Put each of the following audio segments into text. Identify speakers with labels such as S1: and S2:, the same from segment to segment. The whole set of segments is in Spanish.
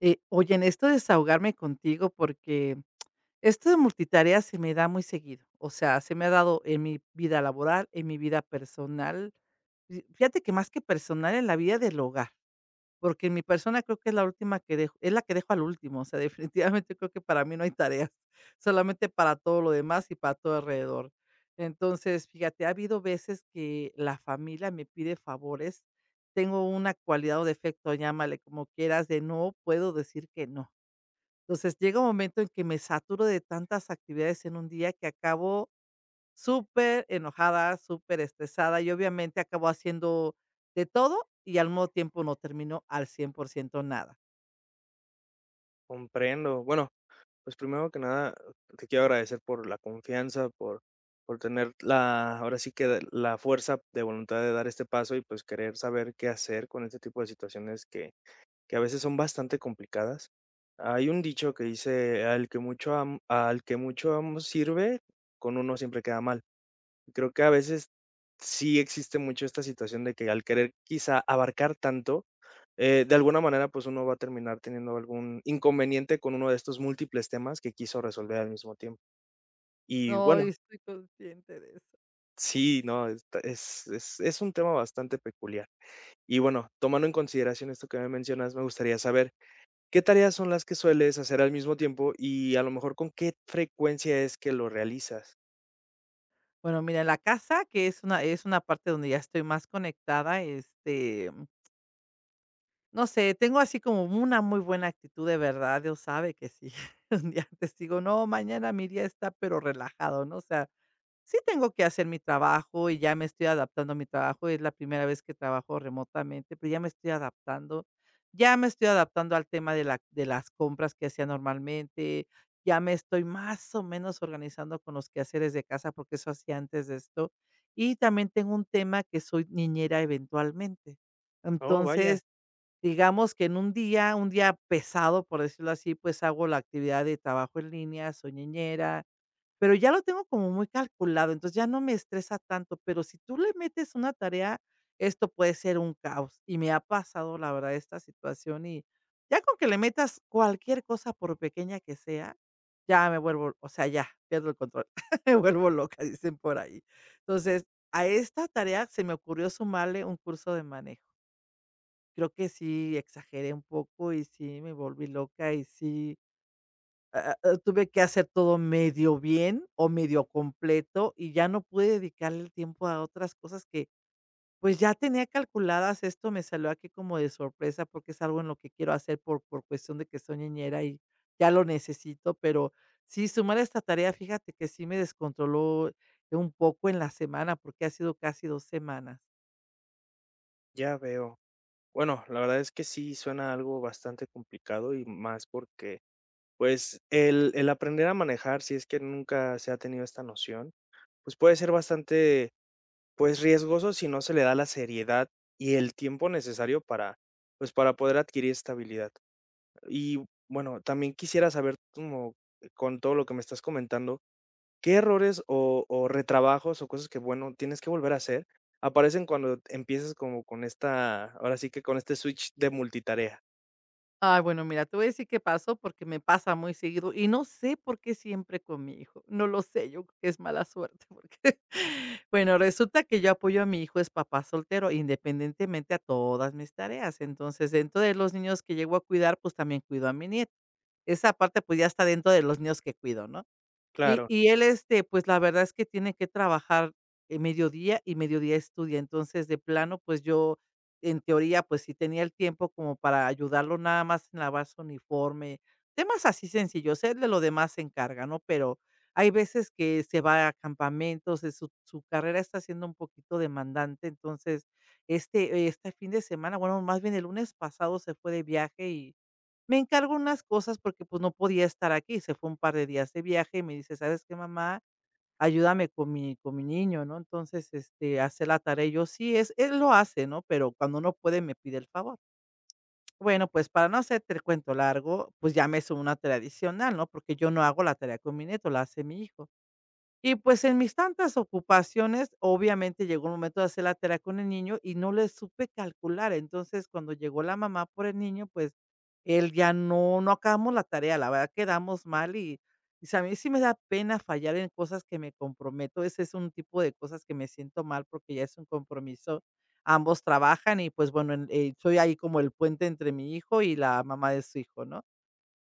S1: Oye, en esto de desahogarme contigo porque esto de multitarea se me da muy seguido. O sea, se me ha dado en mi vida laboral, en mi vida personal. Y fíjate que más que personal, en la vida del hogar. Porque mi persona creo que es la que dejo al último. O sea, definitivamente creo que para mí no hay tareas, solamente para todo lo demás y para todo alrededor. Entonces, fíjate, ha habido veces que la familia me pide favores. Tengo una cualidad o defecto, llámale como quieras, de no puedo decir que no. Entonces, llega un momento en que me saturo de tantas actividades en un día que acabo súper enojada, súper estresada, y obviamente acabó haciendo de todo, y al mismo tiempo no terminó al 100% nada.
S2: Comprendo. Bueno, pues primero que nada, te quiero agradecer por la confianza, por tener ahora sí que la fuerza de voluntad de dar este paso y pues querer saber qué hacer con este tipo de situaciones que a veces son bastante complicadas. Hay un dicho que dice, al que al que mucho amo sirve, con uno siempre queda mal. Y creo que a veces sí existe mucho esta situación de que al querer quizá abarcar tanto, de alguna manera, pues uno va a terminar teniendo algún inconveniente con uno de estos múltiples temas que quiso resolver al mismo tiempo. Y bueno,
S1: Ay, estoy consciente de eso.
S2: sí, no, es un tema bastante peculiar. Y bueno, tomando en consideración esto que me mencionas, me gustaría saber qué tareas son las que sueles hacer al mismo tiempo y a lo mejor con qué frecuencia es que lo realizas.
S1: Bueno, mira, la casa, que es una parte donde ya estoy más conectada, este, no sé, tengo así como una muy buena actitud, de verdad, Dios sabe que sí. Un día antes digo: "No, mañana mi día está, pero relajado", ¿no? O sea, sí tengo que hacer mi trabajo y ya me estoy adaptando a mi trabajo. Es la primera vez que trabajo remotamente, pero ya me estoy adaptando. Ya me estoy adaptando al tema de las compras que hacía normalmente. Ya me estoy más o menos organizando con los quehaceres de casa, porque eso hacía antes de esto. Y también tengo un tema que soy niñera eventualmente.
S2: Oh, vaya,
S1: Entonces, digamos que en un día pesado, por decirlo así, pues hago la actividad de trabajo en línea, soy niñera, pero ya lo tengo como muy calculado, entonces ya no me estresa tanto, pero si tú le metes una tarea, esto puede ser un caos. Y me ha pasado, la verdad, esta situación y ya con que le metas cualquier cosa, por pequeña que sea, ya me vuelvo, o sea, ya pierdo el control, me vuelvo loca, dicen por ahí. Entonces, a esta tarea se me ocurrió sumarle un curso de manejo. Creo que sí exageré un poco y sí me volví loca y sí, tuve que hacer todo medio bien o medio completo, y ya no pude dedicarle el tiempo a otras cosas que, pues, ya tenía calculadas. Esto me salió aquí como de sorpresa, porque es algo en lo que quiero hacer por cuestión de que soy niñera y ya lo necesito, pero sí, sumar esta tarea, fíjate que sí me descontroló un poco en la semana, porque ha sido casi 2 semanas.
S2: ya veo. Bueno, la verdad es que sí suena algo bastante complicado y más porque, pues, el aprender a manejar, si es que nunca se ha tenido esta noción, pues, puede ser bastante, pues, riesgoso si no se le da la seriedad y el tiempo necesario para, pues, para poder adquirir estabilidad. Y bueno, también quisiera saber como con todo lo que me estás comentando, ¿qué errores o retrabajos o cosas que, bueno, tienes que volver a hacer, aparecen cuando empiezas como con esta, ahora sí que con este switch de multitarea?
S1: Ah, bueno, mira, te voy a decir qué pasó, porque me pasa muy seguido y no sé por qué siempre con mi hijo. No lo sé, yo creo que es mala suerte, porque bueno, resulta que yo apoyo a mi hijo, es papá soltero, independientemente a todas mis tareas. Entonces, dentro de los niños que llego a cuidar, pues también cuido a mi nieto. Esa parte, pues ya está dentro de los niños que cuido, ¿no? Y
S2: Claro,
S1: y él, este, pues, la verdad es que tiene que trabajar, mediodía y mediodía estudia. Entonces, de plano, pues, yo, en teoría, pues, sí tenía el tiempo como para ayudarlo nada más en lavar su uniforme, temas así sencillos. Él de lo demás se encarga, ¿no? Pero hay veces que se va a campamentos, su carrera está siendo un poquito demandante. Entonces, este fin de semana, bueno, más bien el lunes pasado se fue de viaje y me encargo unas cosas porque, pues, no podía estar aquí, se fue un par de días de viaje y me dice: "¿Sabes qué, mamá? Ayúdame con mi niño", ¿no? Entonces, este, hace la tarea y yo sí, es él lo hace, ¿no? Pero cuando no puede, me pide el favor. Bueno, pues, para no hacerte el cuento largo, pues, ya me es una tradicional, ¿no? Porque yo no hago la tarea con mi nieto, la hace mi hijo. Y pues en mis tantas ocupaciones, obviamente llegó el momento de hacer la tarea con el niño y no le supe calcular. Entonces, cuando llegó la mamá por el niño, pues él ya no, no acabamos la tarea, la verdad quedamos mal, y si a mí sí me da pena fallar en cosas que me comprometo. Ese es un tipo de cosas que me siento mal porque ya es un compromiso. Ambos trabajan y pues bueno, soy ahí como el puente entre mi hijo y la mamá de su hijo, ¿no?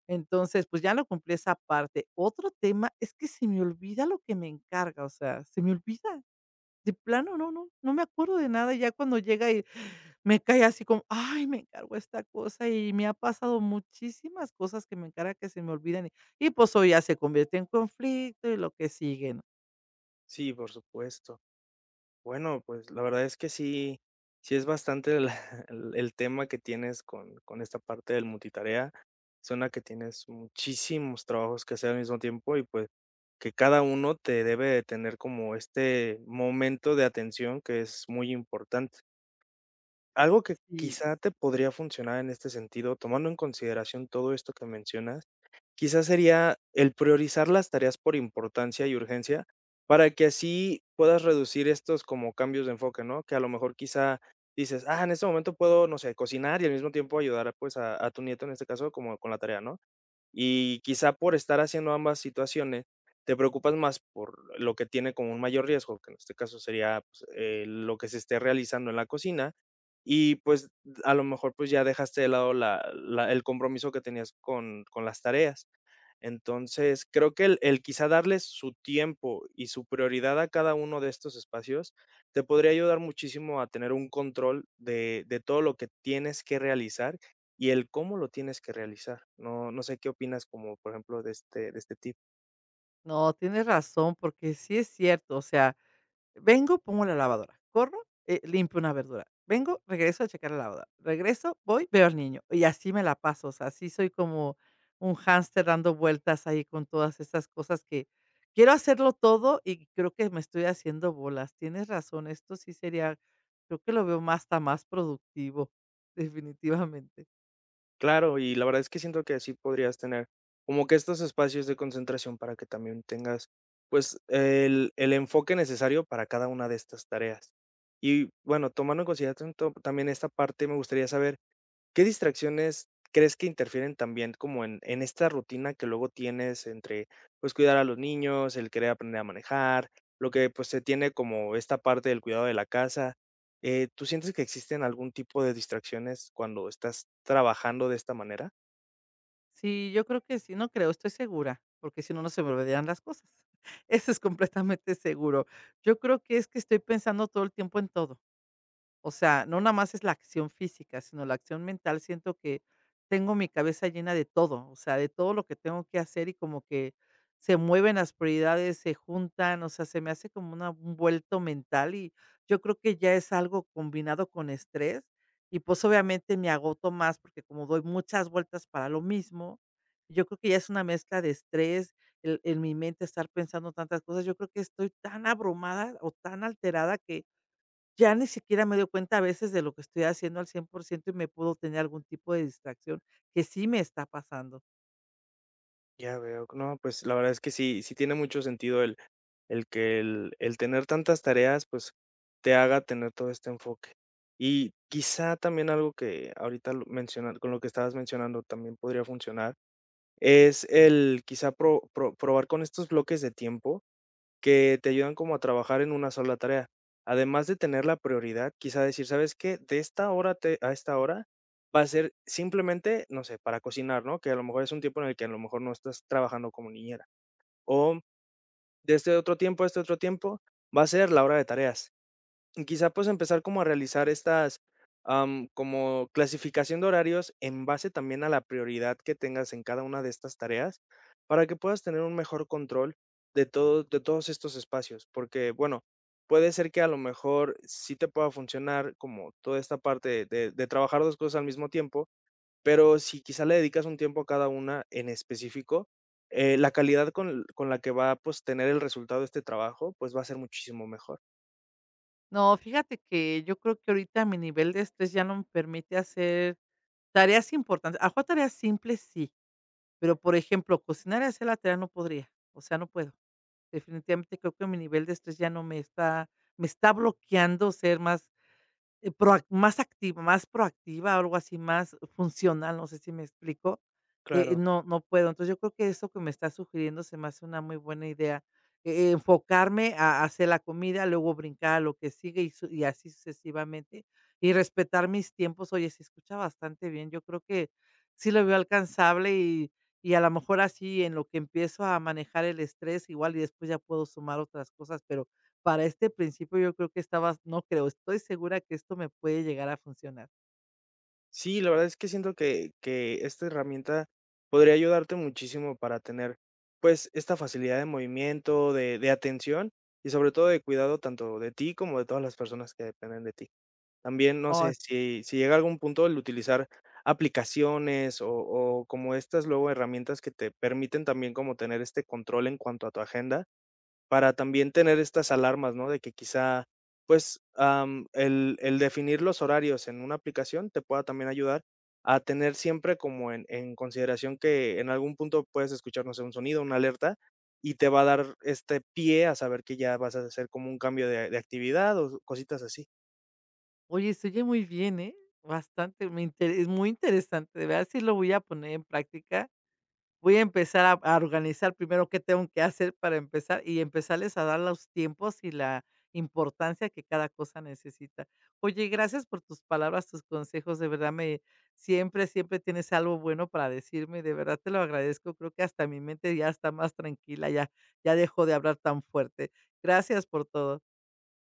S1: Entonces, pues, ya lo cumplí esa parte. Otro tema es que se me olvida lo que me encarga, o sea, se me olvida. De plano, no me acuerdo de nada, ya cuando llega y me cae así como, ay, me encargo esta cosa, y me ha pasado muchísimas cosas que me encarga que se me olvidan, y pues, hoy ya se convierte en conflicto y lo que sigue, ¿no?
S2: sí, por supuesto. Bueno, pues la verdad es que sí, sí es bastante el tema que tienes con esta parte del multitarea. Suena que tienes muchísimos trabajos que hacer al mismo tiempo y pues que cada uno te debe de tener como este momento de atención que es muy importante. Algo que
S1: Sí,
S2: quizá te podría funcionar en este sentido, tomando en consideración todo esto que mencionas, quizás sería el priorizar las tareas por importancia y urgencia para que así puedas reducir estos como cambios de enfoque, ¿no? Que a lo mejor quizá dices, ah, en este momento puedo, no sé, cocinar y al mismo tiempo ayudar pues a tu nieto en este caso como con la tarea, ¿no? Y quizá por estar haciendo ambas situaciones, te preocupas más por lo que tiene como un mayor riesgo, que en este caso sería, pues, lo que se esté realizando en la cocina, y pues, a lo mejor, pues, ya dejaste de lado la la el compromiso que tenías con las tareas. Entonces, creo que el quizá darles su tiempo y su prioridad a cada uno de estos espacios, te podría ayudar muchísimo a tener un control de todo lo que tienes que realizar y el cómo lo tienes que realizar. No, no sé qué opinas como, por ejemplo, de este tip.
S1: no, tienes razón, porque sí es cierto, o sea, vengo, pongo la lavadora, corro, limpio una verdura, vengo, regreso a checar la lavadora, regreso, voy, veo al niño y así me la paso, o sea, así soy como un hámster dando vueltas ahí con todas esas cosas que quiero hacerlo todo y creo que me estoy haciendo bolas. Tienes razón, esto sí sería, creo que lo veo más, hasta más productivo, definitivamente.
S2: Claro, y la verdad es que siento que así podrías tener como que estos espacios de concentración para que también tengas pues el enfoque necesario para cada una de estas tareas. Y bueno, tomando en consideración también esta parte, me gustaría saber ¿qué distracciones crees que interfieren también como en esta rutina que luego tienes entre, pues, cuidar a los niños, el querer aprender a manejar, lo que, pues, se tiene como esta parte del cuidado de la casa? ¿Tú sientes que existen algún tipo de distracciones cuando estás trabajando de esta manera?
S1: Sí, yo creo que sí, no creo, estoy segura, porque si no, no se me olvidarían las cosas. Eso es completamente seguro. Yo creo que es que estoy pensando todo el tiempo en todo. O sea, no nada más es la acción física, sino la acción mental. Siento que tengo mi cabeza llena de todo, o sea, de todo lo que tengo que hacer y como que se mueven las prioridades, se juntan, o sea, se me hace como un vuelto mental y yo creo que ya es algo combinado con estrés y pues obviamente me agoto más porque como doy muchas vueltas para lo mismo, yo creo que ya es una mezcla de estrés, en mi mente estar pensando tantas cosas, yo creo que estoy tan abrumada o tan alterada que ya ni siquiera me doy cuenta a veces de lo que estoy haciendo al 100% y me puedo tener algún tipo de distracción, que sí me está pasando.
S2: Ya veo, no, pues, la verdad es que sí, sí tiene mucho sentido el que el tener tantas tareas, pues, te haga tener todo este enfoque. Y quizá también algo que ahorita lo mencionar con lo que estabas mencionando también podría funcionar, es el quizá probar con estos bloques de tiempo que te ayudan como a trabajar en una sola tarea. Además de tener la prioridad, quizá decir: "¿Sabes qué? De esta hora te a esta hora va a ser simplemente", no sé, para cocinar, ¿no? Que a lo mejor es un tiempo en el que a lo mejor no estás trabajando como niñera, o de este otro tiempo a este otro tiempo, va a ser la hora de tareas. Y quizá, pues, empezar como a realizar estas, como clasificación de horarios en base también a la prioridad que tengas en cada una de estas tareas, para que puedas tener un mejor control de todo de todos estos espacios. Porque, bueno, puede ser que a lo mejor sí te pueda funcionar como toda esta parte de trabajar 2 cosas al mismo tiempo, pero si quizá le dedicas un tiempo a cada una en específico, la calidad con la que va a, pues, tener el resultado de este trabajo, pues, va a ser muchísimo mejor.
S1: No, fíjate que yo creo que ahorita mi nivel de estrés ya no me permite hacer tareas importantes. A tareas simples sí, pero, por ejemplo, cocinar y hacer la tarea no podría, o sea, no puedo. Definitivamente creo que mi nivel de estrés ya no me está bloqueando ser más. Proac Más activa, más proactiva, algo así, más funcional, no sé si me explico,
S2: Claro.
S1: no puedo. Entonces, yo creo que eso que me estás sugiriendo se me hace una muy buena idea, enfocarme a hacer la comida, luego brincar a lo que sigue y así sucesivamente, y respetar mis tiempos. Oye, se escucha bastante bien, yo creo que sí lo veo alcanzable y a lo mejor así en lo que empiezo a manejar el estrés igual y después ya puedo sumar otras cosas, pero para este principio yo creo que estabas no creo, estoy segura que esto me puede llegar a funcionar.
S2: Sí, la verdad es que siento que esta herramienta podría ayudarte muchísimo para tener, pues, esta facilidad de movimiento, de atención y sobre todo de cuidado tanto de ti como de todas las personas que dependen de ti. También, no
S1: Oh,
S2: sé, si si llega a algún punto el utilizar aplicaciones o como estas luego herramientas que te permiten también como tener este control en cuanto a tu agenda, para también tener estas alarmas, ¿no? De que quizá, pues, el definir los horarios en una aplicación te pueda también ayudar a tener siempre como en consideración que en algún punto puedes escuchar, no sé, un sonido, una alerta, y te va a dar este pie a saber que ya vas a hacer como un cambio de actividad o cositas así.
S1: oye, se oye muy bien, ¿eh? Bastante, me inte es muy interesante, de verdad sí lo voy a poner en práctica. Voy a empezar a organizar primero qué tengo que hacer para empezar y empezarles a dar los tiempos y la importancia que cada cosa necesita. Oye, gracias por tus palabras, tus consejos, de verdad me siempre, siempre tienes algo bueno para decirme, de verdad te lo agradezco, creo que hasta mi mente ya está más tranquila, ya dejó de hablar tan fuerte. Gracias por todo.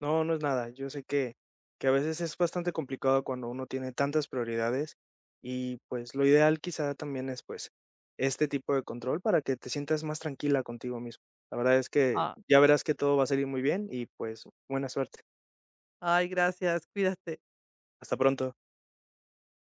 S2: No, no es nada. Yo sé que a veces es bastante complicado cuando uno tiene tantas prioridades y, pues, lo ideal quizá también es, pues, este tipo de control para que te sientas más tranquila contigo mismo. La verdad es que
S1: Ah,
S2: ya verás que todo va a salir muy bien y, pues, buena suerte.
S1: Ay, gracias, cuídate.
S2: Hasta pronto.